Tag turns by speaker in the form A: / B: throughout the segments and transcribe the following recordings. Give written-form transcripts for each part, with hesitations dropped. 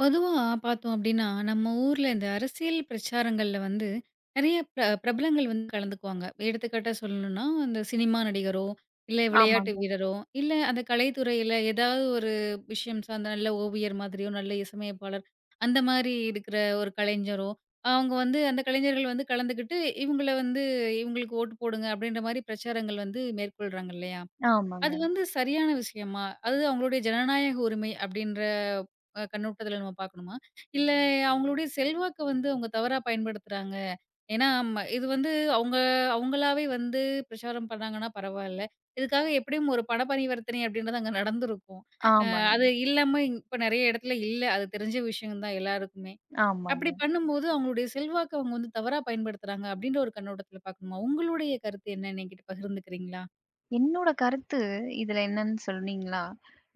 A: பொதுவா பார்த்தோம் அப்டின்னா, நம்ம ஊர்ல இந்த அரசியல் பிரச்சாரங்கள்ல வந்து நெறைய பிரபலங்கள் வந்து கலந்துக்குவாங்க. எடுத்துக்காட்டா சொல்லணும்னா, இந்த சினிமா நடிகரோ, இல்ல விளையாட்டு
B: ஆமாங்க,
A: வீரரோ, இல்ல அந்த கலைத்துறையில ஏதாவது ஒரு விஷயம் சார்ந்த நல்ல ஓவியர் மாதிரியோ, நல்ல இசையமைப்பாளர் அந்த மாரி இருக்கிற ஒரு கலைஞரோ, அவங்க வந்து அந்த கலைஞர்கள் வந்து கலந்துக்கிட்டு, இவங்கள வந்து இவங்களுக்கு ஓட்டு போடுங்க அப்டின்ற மாரி பிரச்சாரங்கள் வந்து மேற்கொள்றாங்க இல்லையா?
B: ஆமாங்க,
A: அது வந்து சரியான விஷயமா? அது அவங்களுடைய ஜனநாயக உரிமை அப்படின்ற கண்ணோட்டத்துல நம்ம பார்க்கணுமா? இல்ல அவங்களுடைய செல்வாக்க வந்து அவங்க தவறா பயன்படுத்துறாங்க. ஏன்னா இது வந்து அவங்க அவங்களாவே வந்து பிரச்சாரம் பண்ணாங்கன்னா பரவால்ல. இதுக்காக எப்படியும் ஒரு பண பரிவர்த்தனை அப்படின்றது அங்க நடந்திருக்கும். அ
B: ஆமாங்க,
A: அது இல்லாம இப்ப நெறைய இடத்துல இல்ல. அது தெரிஞ்ச விஷயம் தான் எல்லாருக்குமே.
B: ஆமாங்க.
A: அப்படி பண்ணும்போது அவங்களுடைய செல்வாக்க அவங்க வந்து தவறா பயன்படுத்துறாங்க அப்படின்ற ஒரு கண்ணோட்டத்துல பார்க்கணுமா? உங்களுடைய கருத்து என்னன்னு என்கிட்ட பகிர்ந்துக்கிறீங்களா?
B: என்னோட கருத்து இதுல என்னன்னு சொன்னீங்களா,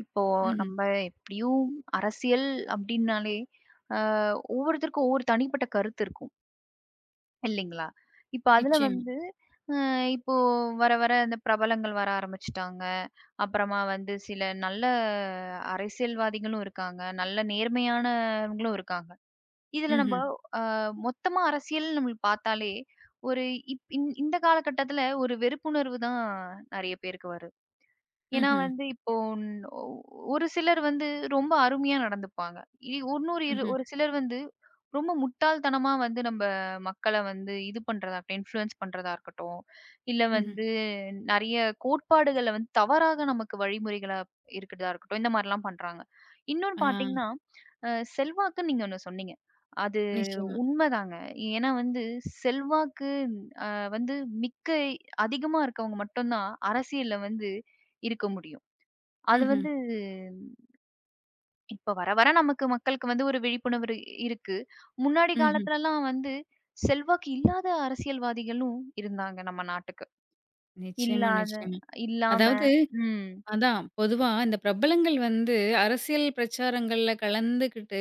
B: இப்போ
A: ம்ஹ்ம்.
B: நம்ப எப்படியும் அரசியல் அப்படின்னாலே, அ ஒவ்வொருத்தருக்கும் ஒவ்வொரு தனிப்பட்ட கருத்து இருக்கும், இல்லைங்களா? இப்ப அதுல
A: நிச்சயம்.
B: வந்து அ இப்போ வர வர அந்த பிரபலங்கள் வர ஆரம்பிச்சுட்டாங்க. அப்புறமா வந்து சில நல்ல அரசியல்வாதிகளும் இருக்காங்க. நல்ல நேர்மையானவங்களும் இருக்காங்க. இதுல நம்ப
A: ம்ஹ்ம்.
B: அ மொத்தமா அரசியல்னு நம்மளுக்கு பார்த்தாலே, ஒரு இப் இந் இந்த காலகட்டத்துல ஒரு வெறுப்புணர்வு தான் நெறைய பேருக்கு வரும். ஏன்னா
A: ம்ஹ்ம்.
B: வந்து இப்போ ந- ஒ ஒரு சிலர் வந்து ரொம்ப அருமையா நடந்துப்பாங்க. இ இன்னொரு இரு
A: ம்ஹ்ம்.
B: ஒரு சிலர் வந்து ரொம்ப முட்டாள்தனமா வந்து நம்ப மக்கள வந்து இது பண்றதா இருக்கட்டும், இன்ஃப்ளூயன்ஸ் பண்றதா இருக்கட்டும், இல்ல
A: ம்ஹ்ம்.
B: வந்து நெறைய கோட்பாடுகள வந்து தவறாக நமக்கு வழிமுறைகளா இருக்கிறதா இருக்கட்டும், இந்த மாரிலாம் பண்றாங்க. இன்னொன்னு
A: ஆ.
B: பார்த்தீங்கன்னா, அ செல்வாக்குன்னு நீங்க ஒண்ணு சொன்னீங்க. அது
A: நிச்சயமா.
B: உண்மதாங்க. ஏன்னா வந்து செல்வாக்கு அ வந்து மிக்க அதிகமா இருக்கவங்க மட்டும் தான் அரசியல்ல வந்து இருக்க முடியும். அது
A: ம்ஹ்ம்.
B: வந்து இப்ப வர வர நமக்கு மக்களுக்கு வந்து ஒரு விழிப்புணர்வு இருக்கு. முன்னாடி
A: ம்ஹ்ம்.
B: காலத்துலலாம் வந்து செல்வாக்கு இல்லாத அரசியல்வாதிகளும் இருந்தாங்க நம்ம நாட்டுக்கு.
A: நிச்சயமா,
B: இல்லாத
A: நிச்சயமா.
B: இல்லாம
A: அதாவது.
B: ம்.
A: அதான். பொதுவா இந்த பிரபலங்கள் வந்து அரசியல் பிரச்சாரங்கள்ல கலந்துக்கிட்டு,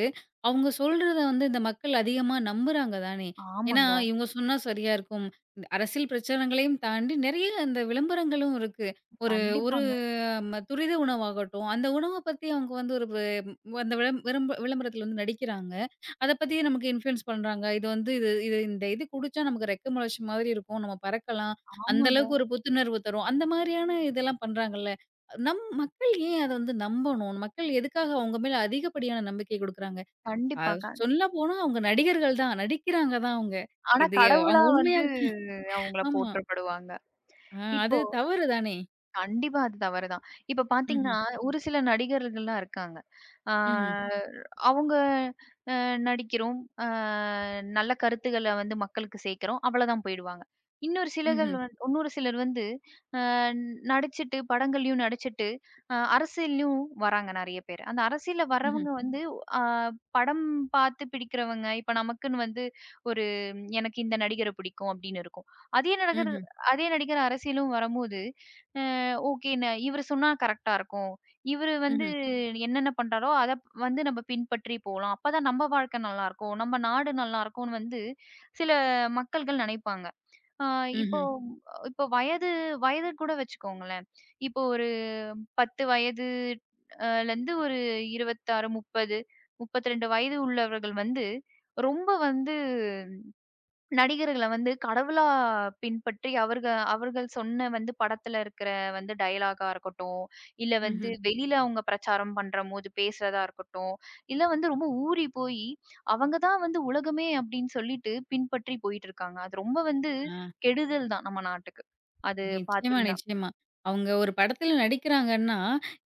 A: அவங்க சொல்றத வந்து இந்த மக்கள் அதிகமா நம்புறாங்க தானே! ஏன்னா,
B: ஆமாங்க.
A: இவங்க சொன்னா சரியா இருக்கும். இந்த அரசியல் பிரச்சாரங்களையும் தாண்டி நெறைய இந்த விளம்பரங்களும் இருக்கு. ஒரு ஒரு
B: கண்டிப்பாங்க.
A: துரித உணவாகட்டும், அந்த உணவ பத்தி அவங்க வந்து ஒரு வு அந்த விளம்பரத்தில வந்து நடிக்கிறாங்க. அத பத்தியே நமக்கு இன்ஃப்ளூயன்ஸ் பண்றாங்க. இது வந்து இது இது இந்த இது குடிச்சா நமக்கு ரெக்க முளைச்ச மாதிரி இருக்கும். நம்ம பறக்கலாம். அந்த
B: ஆமாங்க.
A: அளவுக்கு ஒரு புத்துணர்வு தரும். அந்த மாதிரியான இதெல்லாம் பண்றாங்கல்ல. நம் மக்கள் ஏன் அத வந்து நம்பணும்? மக்கள் எதுக்காக அவங்க மேல அதிகப்படியான நம்பிக்கை குடுக்குறாங்க? அ
B: கண்டிப்பா. கண்
A: சொல்லப்போனா அவங்க நடிகர்கள் தான். நடிக்கிறாங்க தான் அவங்க.
B: ஆனா
A: அவங்க
B: கடவுளா
A: உண்மையா
B: வந்து அவங்கள
A: ஆமா.
B: போற்றப்படுவாங்க.
A: அ
B: இப்
A: அது தவறு தானே!
B: கண்டிப்பா அது தவறு தான். இப்ப
A: ம்ஹ்ம்.
B: பார்த்தீங்கன்னா, ஒரு சில நடிகர்கள்லாம் இருக்காங்க. ஆ
A: ம்ஹ்ம்.
B: அவங்க அ நடிக்கிறோம். அ நல்ல கருத்துக்கள வந்து மக்களுக்கு சேர்க்கிறோம். அவ்வளதான் போயிடுவாங்க.
A: ம்ஹ்ம்.
B: இன்னொரு சிலர் வந்து அ நடிச்சுட்டு படங்கள்லயும் நடிச்சுட்டு, அரசியல்லயும் வராங்க நெறைய பேர். அந்த அரசியல்ல
A: ம்ஹ்ம்.
B: வர்றவங்க வந்து அ படம் பார்த்து பிடிக்கிறவங்க. இப்ப நமக்குன்னு வந்து ஒரு எனக்கு இந்த நடிகர பிடிக்கும் அப்படின்னு இருக்கும். அதே நடிகர்
A: ம்ஹ்ம்.
B: அதே நடிகர் அரசியலும் வரும்போது அ ஓகேன்னு இவரு சொன்னா கரெக்ட்டா இருக்கும். இவரு
A: ம்ஹ்ம்.
B: வந்து
A: ம்ஹ்ம்.
B: என்னென்ன பண்றாரோ, அத வந்து நம்ம பின்பற்றி போலாம். அப்பதான் நம்ம வாழ்க்கை நல்லாருக்கும். நம்ம நாடு நல்லாருக்கும்ன்னு வந்து சில மக்கள்கள் நினைப்பாங்க. அ இப்போ
A: ம்ஹ்ம்.
B: இப்போ வயது வயது கூட வச்சுக்கோங்களேன். இப்போ ஒரு 10 வயது லருந்து ஒரு 26, 30, 32 வயது உள்ளவர்கள் வந்து ரொம்ப வந்து நடிகர்கள வந்து கடவுளா பின்பற்றி அவர்கள் சொன்ன வந்து படத்துல இருக்கிற வந்து டயலாகா இருக்கட்டும், இல்ல வந்து
A: ம்ஹ்ம்.
B: வெளியில அவங்க பிரச்சாரம் பண்றம்போது பேசுறதா இருக்கட்டும், இல்ல வந்து ரொம்ப ஊறி போயி, அவங்க தான் வந்து உலகமே அப்படின்னு சொல்லிட்டு பின்பற்றி போயிட்டு இருக்காங்க. அது ரொம்ப வந்து
A: ஆ.
B: கெடுதல் தான் நம்ம நாட்டுக்கு. அது
A: நிச்சயமா,
B: பார்த்தீங்கன்னா
A: நிச்சயமா. அவங்க ஒரு படத்துல நடிக்கிறாங்கன்னா,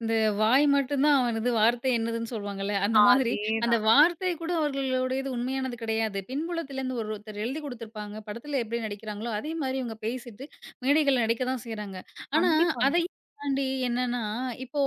A: இந்த வாய் மட்டும் தான் அவனது, வார்த்தை என்னதுன்னு சொல்லுவாங்கல்ல. அந்த மாதிரி அந்த
B: அதேதான்.
A: வார்த்தை கூட அவர்களுடையது உண்மையானது கிடையாது. பின்புலத்திலேருந்து ஒருத்தர் எழுதி குடுத்துருப்பாங்க. படத்துல எப்படி நடிக்கிறாங்களோ, அதே மாரி இவங்க பேசிட்டு மேடைகள்ல நடிக்க தான் செய்றாங்க. ஆனா,
B: கண்டிப்பாங்க.
A: அதையும் தாண்டி என்னன்னா, இப்போ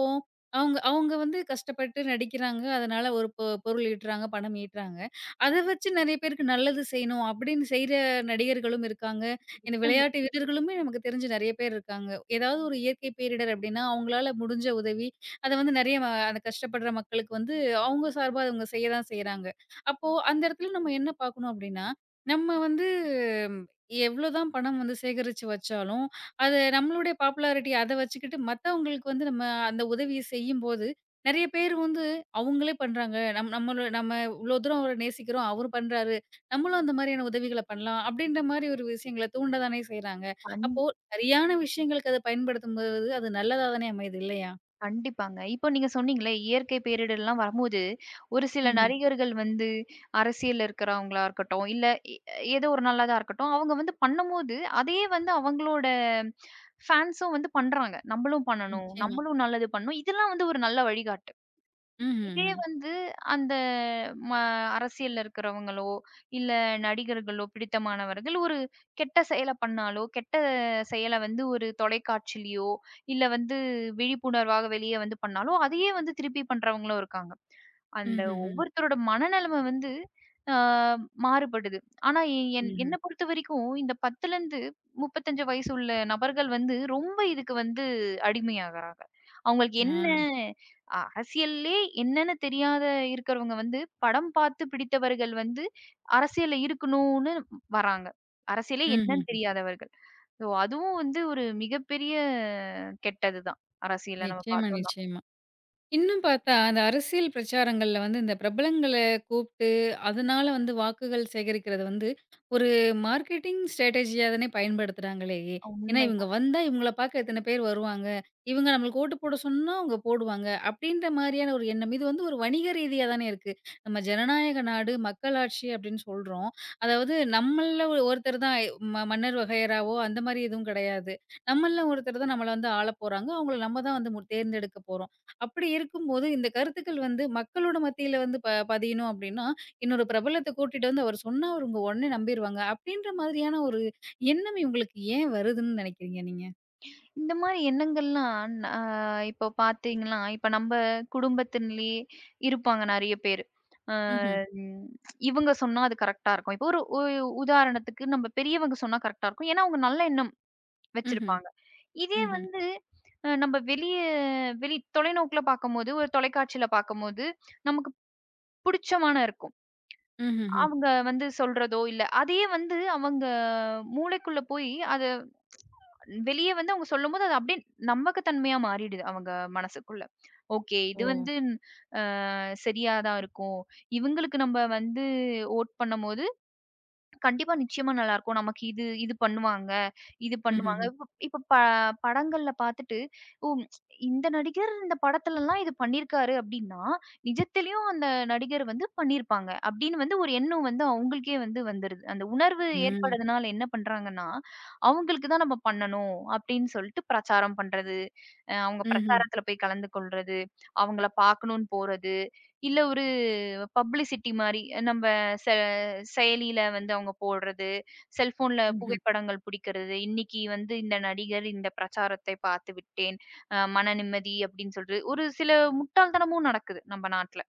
A: அவங்க அவங்க வந்து கஷ்டப்பட்டு நடிக்கிறாங்க. அதனால ஒரு பொருள் ஈட்டுறாங்க, பணம் ஈட்டுறாங்க. அத வச்சு நெறைய பேருக்கு நல்லது செய்யணும் அப்படின்னு செய்ற நடிகர்களும் இருக்காங்க. இந்த விளையாட்டு வீரர்களுமே நமக்கு தெரிஞ்சு நெறைய பேர் இருக்காங்க. ஏதாவது ஒரு இயற்கை பேரிடர் அப்டின்னா, அவங்களால முடிஞ்ச உதவி, அத வந்து நெறைய அந்த கஷ்டப்படுற மக்களுக்கு வந்து அவங்க சார்பா அவங்க செய்ய தான் செய்றாங்க. அப்போ அந்த இடத்துல நம்ம என்ன பார்க்கணும் அப்டின்னா, நம்ம வந்து எவ்வளோதான் பணம் வந்து சேகரிச்சு வச்சாலும், அது நம்மளுடைய பாப்புலாரிட்டி அத வச்சுக்கிட்டு மத்தவங்களுக்கு வந்து நம்ம அந்த உதவிய செய்யும்போது, நெறைய பேர் வந்து அவங்களே பண்றாங்க. நம்மள நம்ம இவ்ளோ தூரம் அவர நேசிக்கிறோம். அவரு பண்றாரு. நம்மளும் அந்த மாதிரியான உதவிகள பண்ணலாம். அப்படின்ற மாரி ஒரு விஷயங்கள தூண்ட தானே செய்றாங்க. அப்போ சரியான விஷயங்களுக்கு அத பயன்படுத்தும்போது அது நல்லதா தானே அமையுது இல்லையா?
B: கண்டிப்பாங்க. இப்போ நீங்க சொன்னீங்களே, இயற்கை பேரிடர்லாம் வரும்போது, ஒரு சில
A: ம்ஹ்ம்.
B: நடிகர்கள் வந்து அரசியல்ல இருக்கிறவங்களா இருக்கட்டும், இல்ல எ ஏதோ ஒரு நல்லதா இருக்கட்டும், அவங்க வந்து பண்ணும்போது, அதையே வந்து அவங்களோட ஃபேன்ஸும் வந்து பண்றாங்க. "நம்பளும் பண்ணணும்,
A: நிச்சயமா.
B: நம்மளும் நல்லது பண்ணணும்." இதெல்லாம் வந்து ஒரு நல்ல வழிகாட்டு. இதே
A: ம்ஹ்ஹ்ம்.
B: வந்து அந்த ம அரசியல்ல இருக்கிறவங்களோ, இல்ல நடிகர்களோ, பிடித்தமானவர்கள் ஒரு கெட்ட செயல பண்ணாலோ, கெட்ட செயல வந்து ஒரு தொலைக்காட்சியிலயோ, இல்ல வந்து விழிப்புணர்வாக வெளிய வந்து பண்ணாலோ, அதையே வந்து திருப்பி பண்றவங்களும் இருக்காங்க. அந்த
A: ம்ஹ்ஹ்ம்.
B: ஒவ்வொருத்தரோட மனநெலைமை வந்து ஆ மாறுபடுது. ஆனா
A: ம்ஹ்ம்.
B: என்ன பொறுத்தவரைக்கும் இந்த 10லருந்து 35 வயசு உள்ள நபர்கள் வந்து ரொம்ப இதுக்கு வந்து அடிமையாகுறாங்க. அவங்களுக்கு
A: ஆ.
B: என்ன அரசியல்லே என்னன்னு தெரியாத இருக்கிறவங்க வந்து, படம் பார்த்து பிடித்தவர்கள் வந்து அரசியல்ல இருக்கணும்னு வராங்க. அரசியலே என்னன்னு
A: ம்ஹ்ஹ்ம்.
B: தெரியாதவர்கள். ஸோ அதுவும் வந்து ஒரு மிகப்பெரிய கெட்டது தான். அரசியல நம்ம
A: நிச்சயமா,
B: பார்த்தோம்னா.
A: நிச்சயமா. இன்னும் பார்த்தா, அந்த அரசியல் பிரச்சாரங்கள்ல வந்து இந்த பிரபலங்கள கூப்ட்டு, அதனால வந்து வாக்குகள் சேகரிக்கிறது வந்து, ஒரு மார்க்கெட்டிங் ஸ்ட்ராட்டஜியா தானே பயன்படுத்துறாங்களே! ஏன்னா, இவங்க
B: உண்மைதான்.
A: வந்தா இவங்கள பார்க்க இத்தன பேர் வருவாங்க. இவங்க நம்மளுக்கு ஓட்டு போட சொன்னா அவங்க போடுவாங்க. அப்டின்ற மாரியான ஒரு எண்ணம். இது வந்து ஒரு வணிக ரீதியா தானே இருக்கு. நம்ம ஜனநாயக நாடு, மக்களாட்சி அப்டின்னு சொல்றோம். அதாவது நம்மள்ல ஒருத்தர் தான் மன்னர் வகையறாவோ அந்த மாரி எதுவும் கிடையாது. நம்மள்ல ஒருத்தர் தான் நம்மள வந்து ஆளப்போறாங்க. அவங்கள நம்ம தான் வந்து தேர்ந்தெடுக்க போறோம். அப்படி இருக்கும்போது, இந்த கருத்துக்கள் வந்து மக்களோட மத்தியில வந்து பதியணும் அப்படின்னா, இன்னொரு பிரபலத்த கூட்டிட்டு வந்து அவர் சொன்னா அவங்க உடனே நம்பிருவாங்க. அப்படின்ற மாதிரியான ஒரு எண்ணம் இவங்களுக்கு ஏன் வருதுன்னு நினைக்கிறீங்க நீங்க?
B: இந்த மாரி எண்ணங்கள்லாம் ந அ இப்போ பார்த்தீங்கன்னா, இப்ப நம்ப குடும்பத்தின்லயே இருப்பாங்க நெறைய பேரு. அ
A: ம்ஹ்ம்.
B: ம் இவங்க சொன்னா அது கரெக்ட்டா இருக்கும். இப்போ ஒரு உதாரணத்துக்கு நம்ம பெரியவங்க சொன்னா கரெக்ட்டா இருக்கும். ஏன்னா, அவங்க நல்ல எண்ணம்
A: ம்ஹ்ம்.
B: வச்சிருப்பாங்க. இதே
A: ம்ஹ்ம்.
B: வந்து நம்ம வெளிய வெளி தொலைநோக்குல பார்க்கும்போது, ஒரு தொலைக்காட்சியில பார்க்கும்போது, நமக்கு புடிச்சமான இருக்கும்.
A: ம்ஹ்ஹ்ம்.
B: அவங்க வந்து சொல்றதோ, இல்ல அதையே வந்து அவங்க மூளைக்குள்ள போய் அத வெளிய வந்து அவங்க சொல்லும்போது, அது அப்படியே நம்பகத்தன்மையா மாறிடுது அவங்க மனசுக்குள்ள. ஓகே, இது
A: ஓ!
B: வந்து அ சரியா தான் இருக்கும். இவங்களுக்கு நம்ம வந்து வோட் பண்ணும்போது கண்டிப்பா, நிச்சயமா நல்லாருக்கும். நமக்கு இது இது பண்ணுவாங்க, இது பண்ணுவாங்க.
A: ம்ஹ்ஹ்ம்.
B: இப்ப இப்ப ப படங்கள்ல பாத்துட்டு, ஓ! ம், இந்த நடிகர் இந்த படத்துலலாம் இது பண்ணியிருக்காரு அப்டின்னா, நிஜத்திலயும் அந்த நடிகர் வந்து பண்ணியிருப்பாங்க. அப்டின்னு வந்து ஒரு எண்ணம் வந்து அவங்களுக்கே வந்து வந்துருது. அந்த உணர்வு
A: ம்.
B: ஏற்படுறதுனால என்ன பண்றாங்கன்னா, அவங்களுக்கு தான் நம்ம பண்ணணும் அப்டின்னு சொல்ட்டு பிரச்சாரம் பண்றது, அவங்க
A: ம்ஹ்ம்.
B: பிரச்சாரத்துல போய் கலந்து கொள்றது, அவங்கள பாக்கணும்னு போறது, இல்ல ஒரு பப்ளிசிட்டி மாரி நம்ப செ செயலியில வந்து அவங்க போடுறது, செல்ஃபோன்ல
A: ம்ஹ்ம்.
B: புகைப்படங்கள் பிடிக்கிறது, "இன்னைக்கு வந்து இந்த நடிகர் இந்த பிரச்சாரத்தை பார்த்து விட்டேன். மன நிம்மதி" அப்படின்னு சொல்றது. ஒரு சில முட்டாள்தனமும் நடக்குது நம்ம நாட்ல.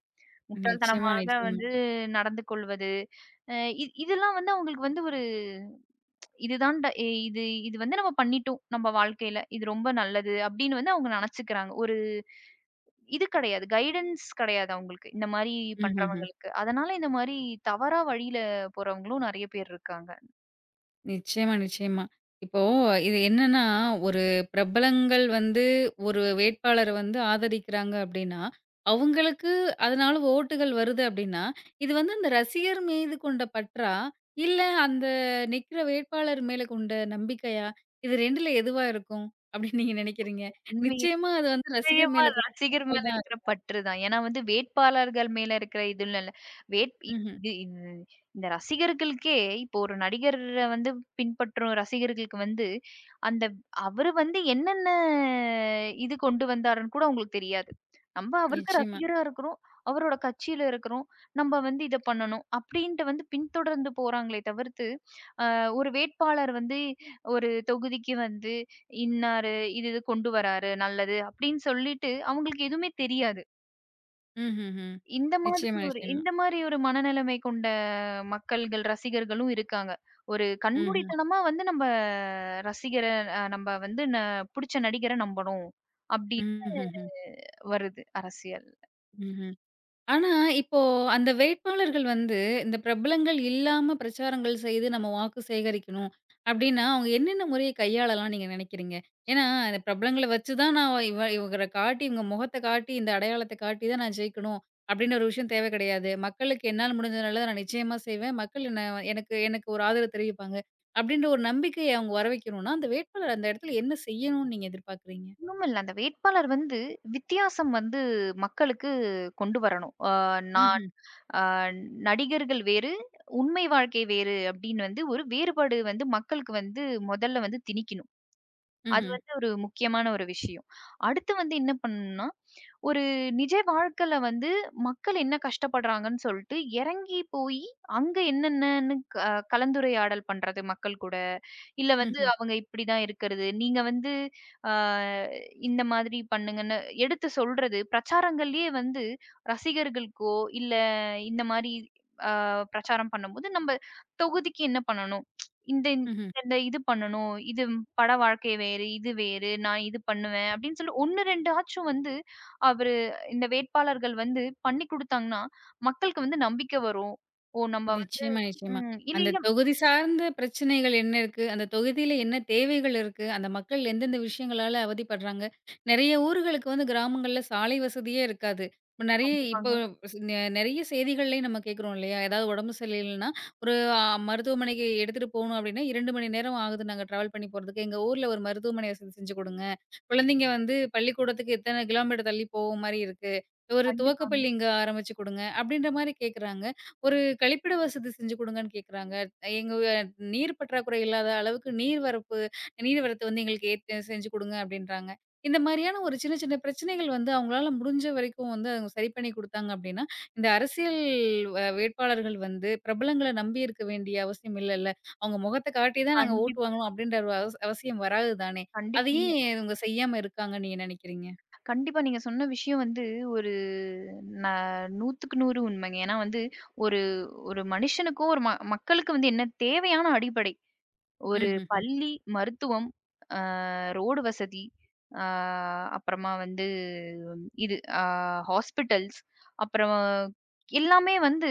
A: நிச்சயமா,
B: முட்டாள்தனமாக
A: நிச்சயமா.
B: வந்து நடந்து கொள்வது. அ இ இதெல்லாம் வந்து அவங்களுக்கு வந்து ஒரு இதுதான்டா எ இது இது வந்து நம்ம பண்ணிட்டோம் நம்ம வாழ்க்கையில. இது ரொம்ப நல்லது அப்படின்னு வந்து அவங்க நினைச்சுக்கிறாங்க. ஒரு இது கிடையாது. கைடன்ஸ் கிடையாது அவங்களுக்கு. இந்த மாரி
A: ம்ஹ்ஹ்ம்.
B: பண்றவங்களுக்கு. அதனால இந்த மாரி தவறா வழியில போறவங்களும் நெறைய பேர் இருக்காங்க.
A: நிச்சயமா, நிச்சயமா. இப்போ இது என்னன்னா, ஒரு பிரபலங்கள் வந்து ஒரு வேட்பாளர வந்து ஆதரிக்கிறாங்க அப்படின்னா, அவங்களுக்கு அதனால ஓட்டுகள் வருது அப்படின்னா, இது வந்து அந்த ரசிகர் மீது கொண்ட பற்றா? இல்ல அந்த நிக்கிற வேட்பாளர் மேல கொண்ட நம்பிக்கையா? இது 2ல எதுவா இருக்கும்? அப்படின்னு நீங்க நினைக்கிறீங்க?
B: உண்மை
A: நிச்சயமா அது வந்து ரசிகர்
B: நிச்சயமா
A: மேல கொண்ட
B: ரசிகர்
A: பற்றா
B: மேல
A: தான்
B: இருக்கிற
A: இருக்கும்.
B: பற்று தான். ஏன்னா வந்து வேட்பாளர்கள் மேல இருக்கிற இதுல இல்ல. வேட்
A: ம்ஹ்ம்.
B: இது இது இந்த ரசிகர்களுக்கே இப்போ ஒரு நடிகர வந்து பின்பற்றும் ரசிகர்களுக்கு வந்து, அந்த அவரு வந்து என்னென்ன இது கொண்டு வந்தாருன்னு கூட அவங்களுக்கு தெரியாது. நம்ம அவருக்கு
A: நிச்சயமா.
B: ரசிகரா இருக்கிறோம். அவரோட கட்சியில இருக்கிறோம். நம்ம வந்து இத பண்ணணும். அப்படின்ட்டு வந்து பின்தொடர்ந்து போறாங்களே தவிர்த்து, அ ஒரு வேட்பாளர் வந்து ஒரு தொகுதிக்கு வந்து இன்னாரு, இது இது கொண்டு வராரு நல்லது அப்படின்னு சொல்லிட்டு அவங்களுக்கு எதுவுமே தெரியாது.
A: ம்ஹ்ஹ்ம். நிச்சயமா, நிச்சயமா.
B: இந்த மாதிரி ஒரு மனநிலைமை கொண்ட மக்கள்கள், ரசிகர்களும் இருக்காங்க. ஒரு
A: ம்ஹ்ம்.
B: கண்மூடித்தனமா வந்து நம்ம ரசிகர அ நம்ம வந்து ந புடிச்ச நடிகர நம்பணும் அப்படின்னு
A: ம்ஹ்ஹ்ம்.
B: வருது அரசியல்.
A: ம்ஹ்ம். ஆனா, இப்போ அந்த வேட்பாளர்கள் வந்து, இந்த பிரபலங்கள் இல்லாம பிரச்சாரங்கள் செய்து நம்ம வாக்கு சேகரிக்கணும் அப்டின்னா, அவங்க என்னென்ன முறைய கையாளலாம் நீங்க நெனைக்கிறீங்க? ஏன்னா, அந்த பிரபலங்கள வச்சு தான் நான் இவர காட்டி, இவங்க முகத்த காட்டி, இந்த அடையாளத்த காட்டி தான் நான் ஜெயிக்கணும் அப்டின்ற ஒரு விஷயம் தேவை கிடையாது. மக்களுக்கு என்னால முடிஞ்ச நல்லத நான் நிச்சயமா செய்வேன். மக்கள் என்ன எனக்கு எனக்கு ஒரு ஆதரவு தெரிவிப்பாங்க. அப்டின்ற ஒரு நம்பிக்கைய அவங்க வர வைக்கணும்னா, அந்த வேட்பாளர் அந்த இடத்துல என்ன செய்யணும்னு நீங்க எதிர்பார்க்குறீங்க?
B: ஒண்ணும் இல்ல. அந்த வேட்பாளர் வந்து வித்தியாசம் வந்து மக்களுக்கு கொண்டு வரணும். அ நான்
A: ம்ஹ்ம்.
B: ஆ நடிகர்கள் வேறு, உண்மை வாழ்க்கை வேறு அப்படின்னு வந்து ஒரு வேறுபாடு வந்து மக்களுக்கு வந்து முதல்ல வந்து திணிக்கணும். அது
A: ம்ஹ்ம்.
B: வந்து ஒரு முக்கியமான ஒரு விஷயம். அடுத்து வந்து என்ன பண்ணணும்னா, ஒரு நிஜ வாழ்க்கையில வந்து மக்கள் என்ன கஷ்டப்படுறாங்கன்னு சொல்லிட்டு இறங்கி போய் அங்க என்னென்னன்னு கலந்துரையாடல் பண்றது மக்கள் கூட. இல்ல வந்து
A: ம்ஹ்ம்.
B: அவங்க இப்படிதான் இருக்கிறது. நீங்க வந்து ஆ இந்த மாதிரி பண்ணுங்கன்னு எடுத்து சொல்றது, பிரச்சாரங்கள்லயே வந்து ரசிகர்களுக்கோ, இல்ல இந்த மாரி ஆ பிரச்சாரம் பண்ணும்போது, நம்ம தொகுதிக்கு என்ன பண்ணணும்? இந்த
A: ம்ஹ்ம்.
B: இந்த இது பண்ணணும். இது பட வாழ்க்கை வேறு, இது வேறு. நான் இது பண்ணுவேன் அப்படின்னு சொல்லி 1, 2 ஆச்சும் வந்து அவரு இந்த வேட்பாளர்கள் வந்து பண்ணி குடுத்தாங்கன்னா, மக்களுக்கு வந்து நம்பிக்கை வரும். ஓ! நம்ம வந்து
A: நிச்சயமா, நிச்சயமா.
B: ம். இல்ல,
A: அந்த
B: இல்ல.
A: தொகுதி சார்ந்த பிரச்சனைகள் என்ன இருக்கு? அந்த தொகுதியில என்ன தேவைகள் இருக்கு? அந்த மக்கள் எந்தெந்த விஷயங்களால அவதிப்படுறாங்க? நெறைய ஊர்களுக்கு வந்து கிராமங்கள்ல சாலை வசதியே இருக்காது. இப்ப நெறைய இப்போ
B: கண்டிப்பாங்க.
A: ஸ் நெ நெறைய செய்திகள்லயும் நம்ம கேட்குறோம் இல்லையா? ஏதாவது உடம்பு சரியில்லைன்னா, ஒரு அ மருத்துவமனைக்கு எடுத்துட்டு போணும் அப்படின்னா, 2 மணி நேரம் ஆகுது நாங்க ட்ராவல் பண்ணி போறதுக்கு. எங்க ஊர்ல ஒரு மருத்துவமனை வசதி செஞ்சு குடுங்க. குழந்தைங்க வந்து பள்ளிக்கூடத்துக்கு இத்தன கிலோமீட்டர் தள்ளி போகும் மாரி இருக்கு. ஒரு
B: கண்டிப்பாங்க.
A: துவக்கப்பள்ளி இங்க ஆரம்பிச்சு குடுங்க. அப்படின்ற மாரி கேட்குறாங்க. ஒரு கழிப்பிட வசதி செஞ்சு குடுங்கன்னு கேட்குறாங்க. எங்க நீர் பற்றாக்குறை இல்லாத அளவுக்கு நீர்வரத்து வந்து எங்களுக்கு ஏத் செஞ்சு குடுங்க அப்டின்றாங்க. இந்த மாரியான ஒரு சின்ன சின்ன பிரச்சனைகள் வந்து அவங்களால முடிஞ்ச வரைக்கும் வந்து அவங்க சரி பண்ணி குடுத்தாங்க அப்டின்னா, இந்த அரசியல் வேட்பாளர்கள் வந்து பிரபலங்கள நம்பி இருக்க வேண்டிய அவசியம் இல்லல்ல. அவங்க முகத்த காட்டி தான் நாங்க ஓட்டு
B: கண்டிப்பா.
A: வாங்கணும் அப்டின்ற ஒரு அவசியம் வராது தானே. அத
B: கண்டிப்பா நீங்க
A: ஏன் இவங்க செய்யாம இருக்காங்கன்னு நீங்க நெனைக்கிறீங்க?
B: கண்டிப்பா நீங்க சொன்ன விஷயம் வந்து ஒரு ந 100க்கு 100 உண்மைங்க. ஏன்னா வந்து ஒரு ஒரு மனுஷனுக்கும் ஒரு மக்களுக்கு வந்து என்ன தேவையான அடிப்படை. ஒரு
A: ம்ஹ்ஹ்ம்.
B: பள்ளி, மருத்துவம், அ ரோடு வசதி, அ அப்புறமா வந்து இது அ ஹாஸ்பிட்டல்ஸ், அப்புறம் எல்லாமே வந்து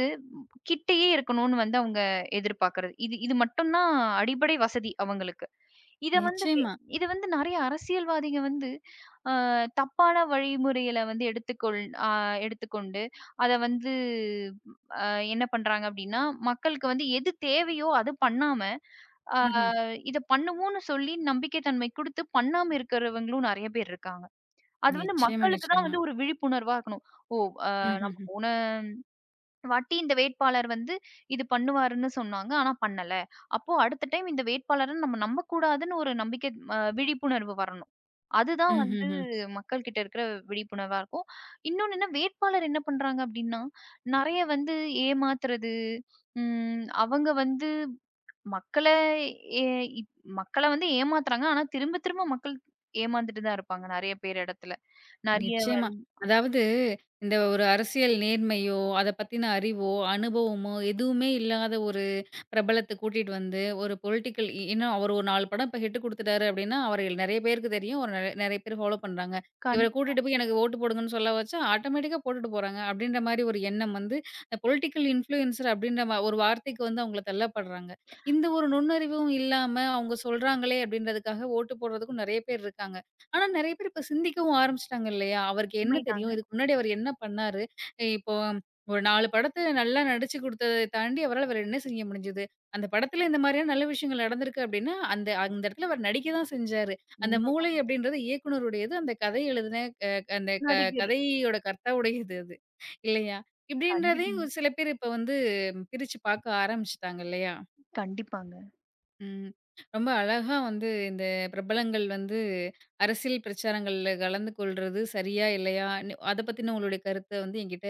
B: கிட்டயே இருக்கணும்னு வந்து அவங்க எதிர்பார்க்கிறது. இது இது மட்டும் தான் அடிப்படை வசதி அவங்களுக்கு. இத வந்து வே
A: நிச்சயமா.
B: இத வந்து நெறைய அரசியல்வாதிங்க வந்து, அ தப்பான வழிமுறையில வந்து எடுத்துக்கொள் அ எடுத்துக்கொண்டு, அத வந்து அ என்ன பண்றாங்க அப்டின்னா, மக்களுக்கு வந்து எது தேவையோ அது பண்ணாம, அ
A: ம்ஹ்ம்.
B: இத பண்ணுவோம்னு சொல்லி நம்பிக்கை தன்மை குடுத்து பண்ணாம இருக்கிறவங்களும் நெறைய பேர் இருக்காங்க. அது வந்து
A: நிச்சயமா,
B: மக்களுக்கு தான்
A: நிச்சயமா.
B: வந்து ஒரு விழிப்புணர்வா இருக்கணும். ஓ! அ நம்ம
A: ம்ஹ்ஹ்ம்.
B: போன வாட்டி இந்த வேட்பாளர் வந்து இது பண்ணுவாருன்னு சொன்னாங்க. ஆனா பண்ணல. அப்போ அடுத்த டைம் இந்த வேட்பாளர நம்ம நம்பக்கூடாதுன்னு ஒரு நம்பிக்கை விழிப்புணர்வு வரணும். அதுதான் வந்து
A: ம்ஹ்ஹ்ம்.
B: மக்கள் கிட்ட இருக்கிற விழிப்புணர்வா இருக்கும். இன்னொன்னு என்ன வேட்பாளர் என்ன பண்றாங்க அப்டின்னா, நெறைய வந்து ஏமாத்துறது, அவங்க வந்து மக்கள ஏ இப் மக்கள வந்து ஏமாத்துறாங்க. ஆனா திரும்ப திரும்ப மக்கள் ஏமாந்துட்டு தான் இருப்பாங்க நெறைய பேர் இடத்துல. நெறைய வ
A: நிச்சயமா. அதாவது இந்த ஒரு அரசியல் நேர்மையோ, அத பத்தின அறிவோ, அனுபவமோ எதுவுமே இல்லாத ஒரு பிரபலத்த கூட்டிட்டு வந்து, ஒரு பொலிட்டிக்கல் இன்னும் அவர் ஒரு 4 படம் இப்ப ஹிட் குடுத்துட்டாரு அப்டின்னா, அவர நெறைய பேருக்கு தெரியும். ஒரு நெறைய பேர் ஃபாலோ பண்றாங்க. இவர
B: கண்
A: கூட்டிட்டு போய் எனக்கு ஓட்டு போடுங்கன்னு சொல்ல வச்சா, ஆட்டோமேட்டிக்கா போட்டுட்டு போறாங்க. அப்டின்ற மாரி ஒரு எண்ணம் வந்து இந்த பொலிட்டிக்கல் இன்ஃப்ளூயன்சர் அப்டின்ற ஒரு வார்த்தைக்கு வந்து அவங்கள தள்ளப்படுறாங்க. இந்த ஒரு நுண்ணறிவும் இல்லாம அவங்க சொல்றாங்களே அப்டின்றதுக்காக ஓட்டு போடுறதுக்கும் நெறைய பேர் இருக்காங்க. ஆனா நெறைய பேர் இப்ப சிந்திக்கவும் ஆரம்பிச்சுட்டாங்க இல்லையா? அவருக்கு என்ன தெரியும்?
B: உண்மைதாங்க.
A: இதுக்கு முன்னாடி அவர் என்ன பண்ணாரு? இப்போ ஒரு 4 படத்த நல்லா நடிச்சு குடுத்தத தாண்டி அவரால வேற என்ன செய்ய முடிஞ்சது? அந்த படத்துல இந்த மாதிரியான நல்ல விஷயங்கள் நடந்திருக்கு அப்டின்னா, அந்த அந்த இடத்துல அவர் நடிக்க தான் செஞ்சாரு. அந்த
B: உண்மை
A: மூளை அப்டின்றது இயக்குனருடையது. அந்த கதை எழுதின அந்த
B: நடிகர்.
A: கதையோட கர்த்தாவுடையது அது. இல்லையா?
B: கண்டிப்
A: இப்டின்றதையும் ஒரு சில பேர் இப்ப வந்து பிரிச்சு பார்க்க ஆரம்பிச்சுட்டாங்க இல்லையா?
B: கண்டிப்பாங்க.
A: ம். ரொம்ப அழகா வந்து இந்த பிரபலங்கள் வந்து அரசியல் பிரச்சாரங்கள்ல கலந்து கொள்றது சரியா? இல்லையா? அத பத்தின உங்களுடைய கருத்த வந்து என்கிட்ட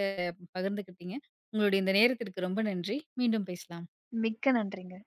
A: பகிர்ந்துக்கிட்டீங்க. உங்களுடைய இந்த நேரத்திற்கு ரொம்ப நன்றி. மீண்டும் பேசலாம்.
B: மிக்க நன்றிங்க.